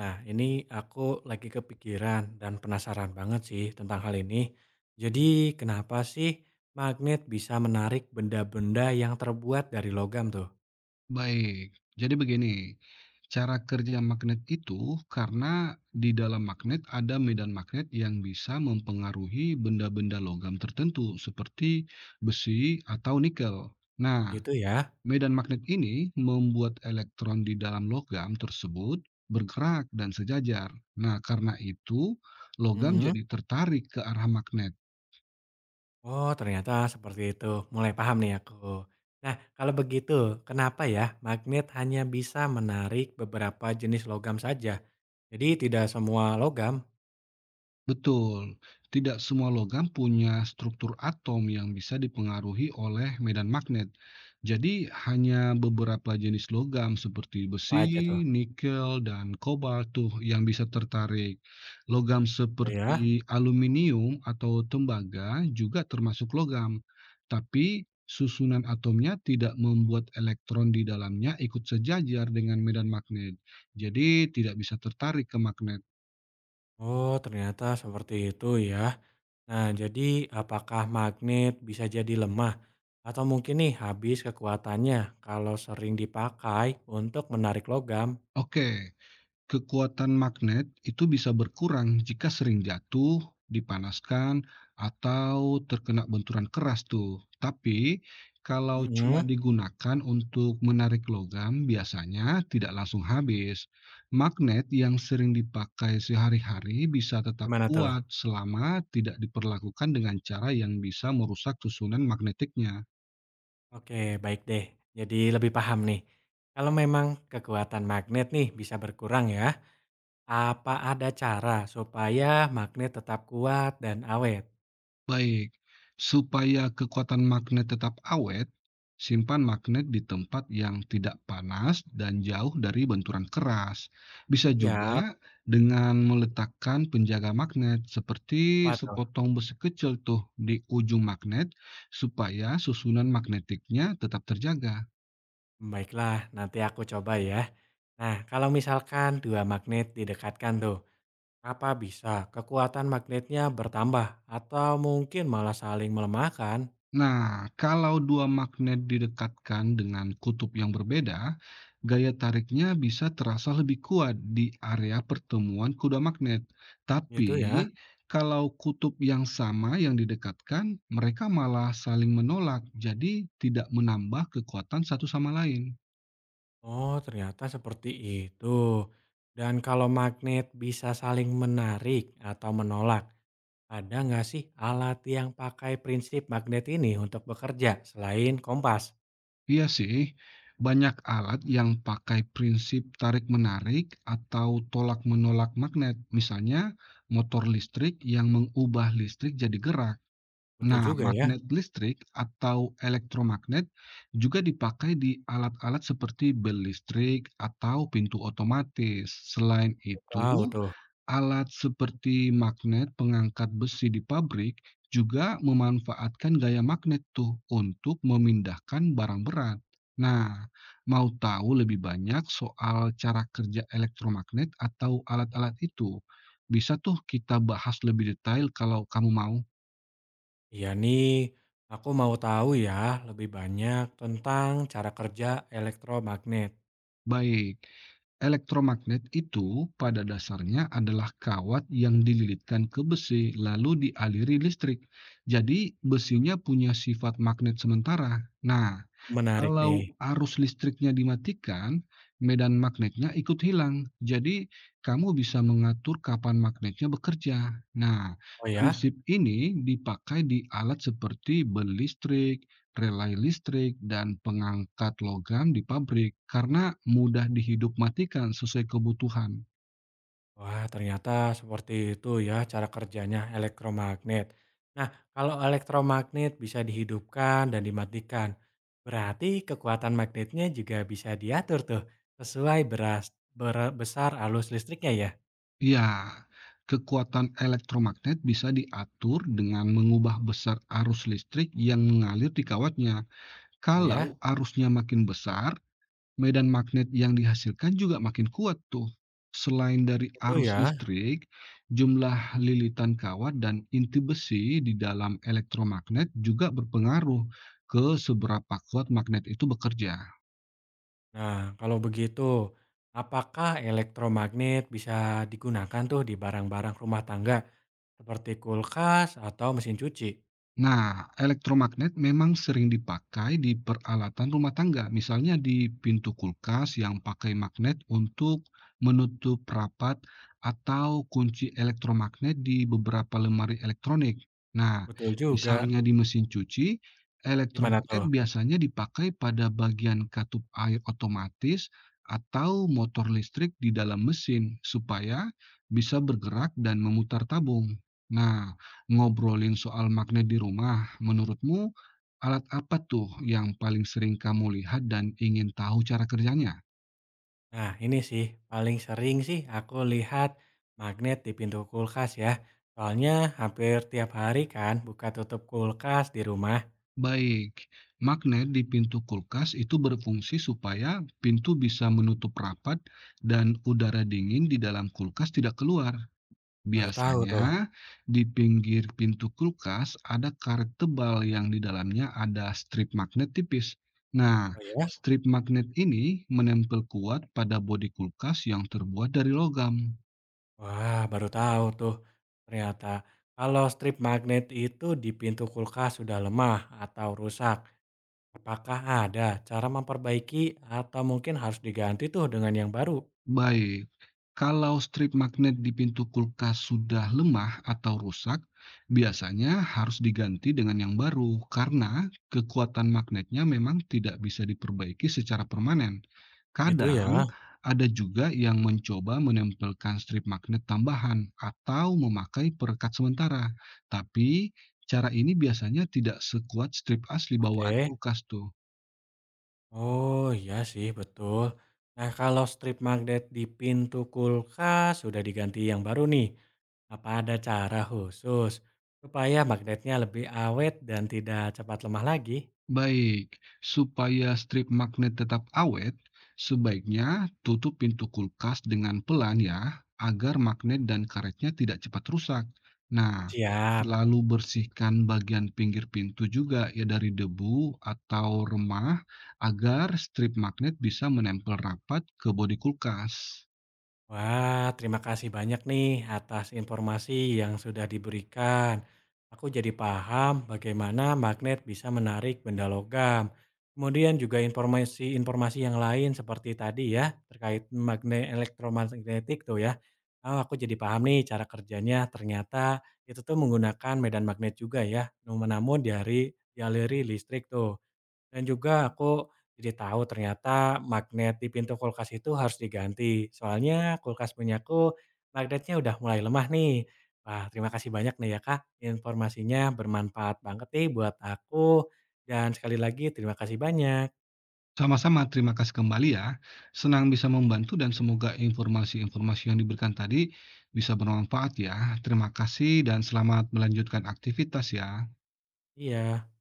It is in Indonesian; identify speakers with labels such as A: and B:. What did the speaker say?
A: Nah, ini aku lagi kepikiran dan penasaran banget sih tentang hal ini. Jadi, kenapa sih magnet bisa menarik benda-benda yang terbuat dari logam tuh?
B: Baik, jadi begini, cara kerja magnet itu karena di dalam magnet ada medan magnet yang bisa mempengaruhi benda-benda logam tertentu seperti besi atau nikel. Nah,
A: Gitu ya?
B: medan magnet ini membuat elektron di dalam logam tersebut bergerak dan sejajar. Nah, karena itu logam
A: Mm-mm.
B: jadi tertarik ke arah magnet.
A: Oh, ternyata seperti itu. Mulai paham nih aku. Nah, kalau begitu, kenapa ya magnet hanya bisa menarik beberapa jenis logam saja? Jadi, tidak semua logam
B: Betul, tidak semua logam punya struktur atom yang bisa dipengaruhi oleh medan magnet. Jadi, hanya beberapa jenis logam seperti
A: apa
B: besi,
A: aja tuh?
B: nikel, dan kobalt tuh yang bisa tertarik. Logam
A: Ya.
B: seperti aluminium atau tembaga juga termasuk logam, tapi susunan atomnya tidak membuat elektron di dalamnya ikut sejajar dengan medan magnet. Jadi, tidak bisa tertarik ke magnet.
A: Oh, ternyata seperti itu ya. Nah, jadi apakah magnet bisa jadi lemah atau mungkin nih habis kekuatannya kalau sering dipakai untuk menarik logam?
B: Oke, kekuatan magnet itu bisa berkurang jika sering jatuh, dipanaskan, atau terkena benturan keras tuh. Tapi kalau cuma
A: Mhm,
B: digunakan untuk menarik logam, biasanya tidak langsung habis. Magnet yang sering dipakai sehari-hari bisa tetap
A: gimana
B: kuat
A: tuh?
B: selama tidak diperlakukan dengan cara yang bisa merusak susunan magnetiknya.
A: Oke, baik deh. Jadi lebih paham nih. Kalau memang kekuatan magnet nih bisa berkurang ya, apa ada cara supaya magnet tetap kuat dan awet?
B: Baik, supaya kekuatan magnet tetap awet, simpan magnet di tempat yang tidak panas dan jauh dari benturan keras. Bisa juga
A: Iya,
B: dengan meletakkan penjaga magnet seperti
A: apa tuh?
B: sepotong besi kecil tuh di ujung magnet supaya susunan magnetiknya tetap terjaga.
A: Baiklah, nanti aku coba ya. Nah, kalau misalkan dua magnet didekatkan tuh, apa bisa kekuatan magnetnya bertambah atau mungkin malah saling melemahkan?
B: Nah, kalau dua magnet didekatkan dengan kutub yang berbeda, gaya tariknya bisa terasa lebih kuat di area pertemuan kuda magnet.
A: Gitu
B: Tapi,
A: ya.
B: kalau kutub yang sama yang didekatkan, mereka malah saling menolak, jadi tidak menambah kekuatan satu sama lain.
A: Oh, ternyata seperti itu. Dan kalau magnet bisa saling menarik atau menolak, ada nggak sih alat yang pakai prinsip magnet ini untuk bekerja selain kompas?
B: Iya sih, banyak alat yang pakai prinsip tarik-menarik atau tolak-menolak magnet, misalnya motor listrik yang mengubah listrik jadi gerak.
A: Betul
B: Nah,
A: juga ya.
B: magnet listrik atau elektromagnet juga dipakai di alat-alat seperti bel listrik atau pintu otomatis. Selain
A: Tahu
B: itu,
A: tuh.
B: alat seperti magnet pengangkat besi di pabrik juga memanfaatkan gaya magnet tuh untuk memindahkan barang berat. Nah, mau tahu lebih banyak soal cara kerja elektromagnet atau alat-alat itu? Bisa tuh kita bahas lebih detail kalau kamu mau.
A: Iya nih, aku mau tahu ya lebih banyak tentang cara kerja elektromagnet.
B: Baik. Elektromagnet itu pada dasarnya adalah kawat yang dililitkan ke besi lalu dialiri listrik. Jadi besinya punya sifat magnet sementara. Nah,
A: Menarik nih.
B: kalau arus listriknya dimatikan, medan magnetnya ikut hilang. Jadi, kamu bisa mengatur kapan magnetnya bekerja. Nah,
A: Oh ya?
B: prinsip ini dipakai di alat seperti bel listrik, relay listrik, dan pengangkat logam di pabrik karena mudah dihidup matikan sesuai kebutuhan.
A: Wah, ternyata seperti itu ya cara kerjanya elektromagnet. Nah, kalau elektromagnet bisa dihidupkan dan dimatikan, berarti kekuatan magnetnya juga bisa diatur tuh sesuai besar arus listriknya ya.
B: Ya, kekuatan elektromagnet bisa diatur dengan mengubah besar arus listrik yang mengalir di kawatnya.
A: Oh
B: Kalau
A: ya,
B: arusnya makin besar, medan magnet yang dihasilkan juga makin kuat tuh. Selain dari
A: itu
B: arus
A: ya.
B: listrik, jumlah lilitan kawat dan inti besi di dalam elektromagnet juga berpengaruh ke seberapa kuat magnet itu bekerja.
A: Nah, kalau begitu, apakah elektromagnet bisa digunakan tuh di barang-barang rumah tangga seperti kulkas atau mesin cuci?
B: Nah, elektromagnet memang sering dipakai di peralatan rumah tangga, misalnya di pintu kulkas yang pakai magnet untuk menutup rapat atau kunci elektromagnet di beberapa lemari elektronik. Nah,
A: Betul juga.
B: misalnya di mesin cuci,
A: Gimana
B: elektromagnet
A: tuh?
B: biasanya dipakai pada bagian katup air otomatis atau motor listrik di dalam mesin supaya bisa bergerak dan memutar tabung. Nah, ngobrolin soal magnet di rumah, menurutmu alat apa tuh yang paling sering kamu lihat dan ingin tahu cara kerjanya?
A: Nah, ini sih paling sering sih aku lihat magnet di pintu kulkas ya. Soalnya hampir tiap hari kan buka tutup kulkas di rumah.
B: Baik, magnet di pintu kulkas itu berfungsi supaya pintu bisa menutup rapat dan udara dingin di dalam kulkas tidak keluar.
A: Baru tahu tuh.
B: Biasanya, di pinggir pintu kulkas ada karet tebal yang di dalamnya ada strip magnet tipis. Nah,
A: Oh ya?
B: strip magnet ini menempel kuat pada bodi kulkas yang terbuat dari logam.
A: Wah, baru tahu tuh. Ternyata kalau strip magnet itu di pintu kulkas sudah lemah atau rusak, apakah ada cara memperbaiki atau mungkin harus diganti tuh dengan yang baru?
B: Baik, kalau strip magnet di pintu kulkas sudah lemah atau rusak, biasanya harus diganti dengan yang baru karena kekuatan magnetnya memang tidak bisa diperbaiki secara permanen.
A: Gitu ya.
B: Kadang ada juga yang mencoba menempelkan strip magnet tambahan atau memakai perekat sementara, tapi cara ini biasanya tidak sekuat strip asli bawaan
A: Oke.
B: kulkas tuh.
A: Oh, iya sih betul. Nah, kalau strip magnet di pintu kulkas sudah diganti yang baru nih, apa ada cara khusus supaya magnetnya lebih awet dan tidak cepat lemah lagi?
B: Baik, supaya strip magnet tetap awet, sebaiknya tutup pintu kulkas dengan pelan ya, agar magnet dan karetnya tidak cepat rusak. Nah,
A: Siap.
B: selalu bersihkan bagian pinggir pintu juga ya dari debu atau remah agar strip magnet bisa menempel rapat ke bodi kulkas.
A: Wah, terima kasih banyak nih atas informasi yang sudah diberikan. Aku jadi paham bagaimana magnet bisa menarik benda logam. Kemudian juga informasi-informasi yang lain seperti tadi ya, terkait magnet elektromagnetik tuh ya. Ah, aku jadi paham nih cara kerjanya. Ternyata itu tuh menggunakan medan magnet juga ya, namun dari dialiri listrik tuh. Dan juga aku jadi tahu ternyata magnet di pintu kulkas itu harus diganti. Soalnya kulkas punyaku magnetnya udah mulai lemah nih. Wah, terima kasih banyak nih ya Kak, informasinya bermanfaat banget nih buat aku, dan sekali lagi terima kasih banyak.
B: Sama-sama, terima kasih kembali ya. Senang bisa membantu dan semoga informasi-informasi yang diberikan tadi bisa bermanfaat ya. Terima kasih dan selamat melanjutkan aktivitas ya.
A: Iya.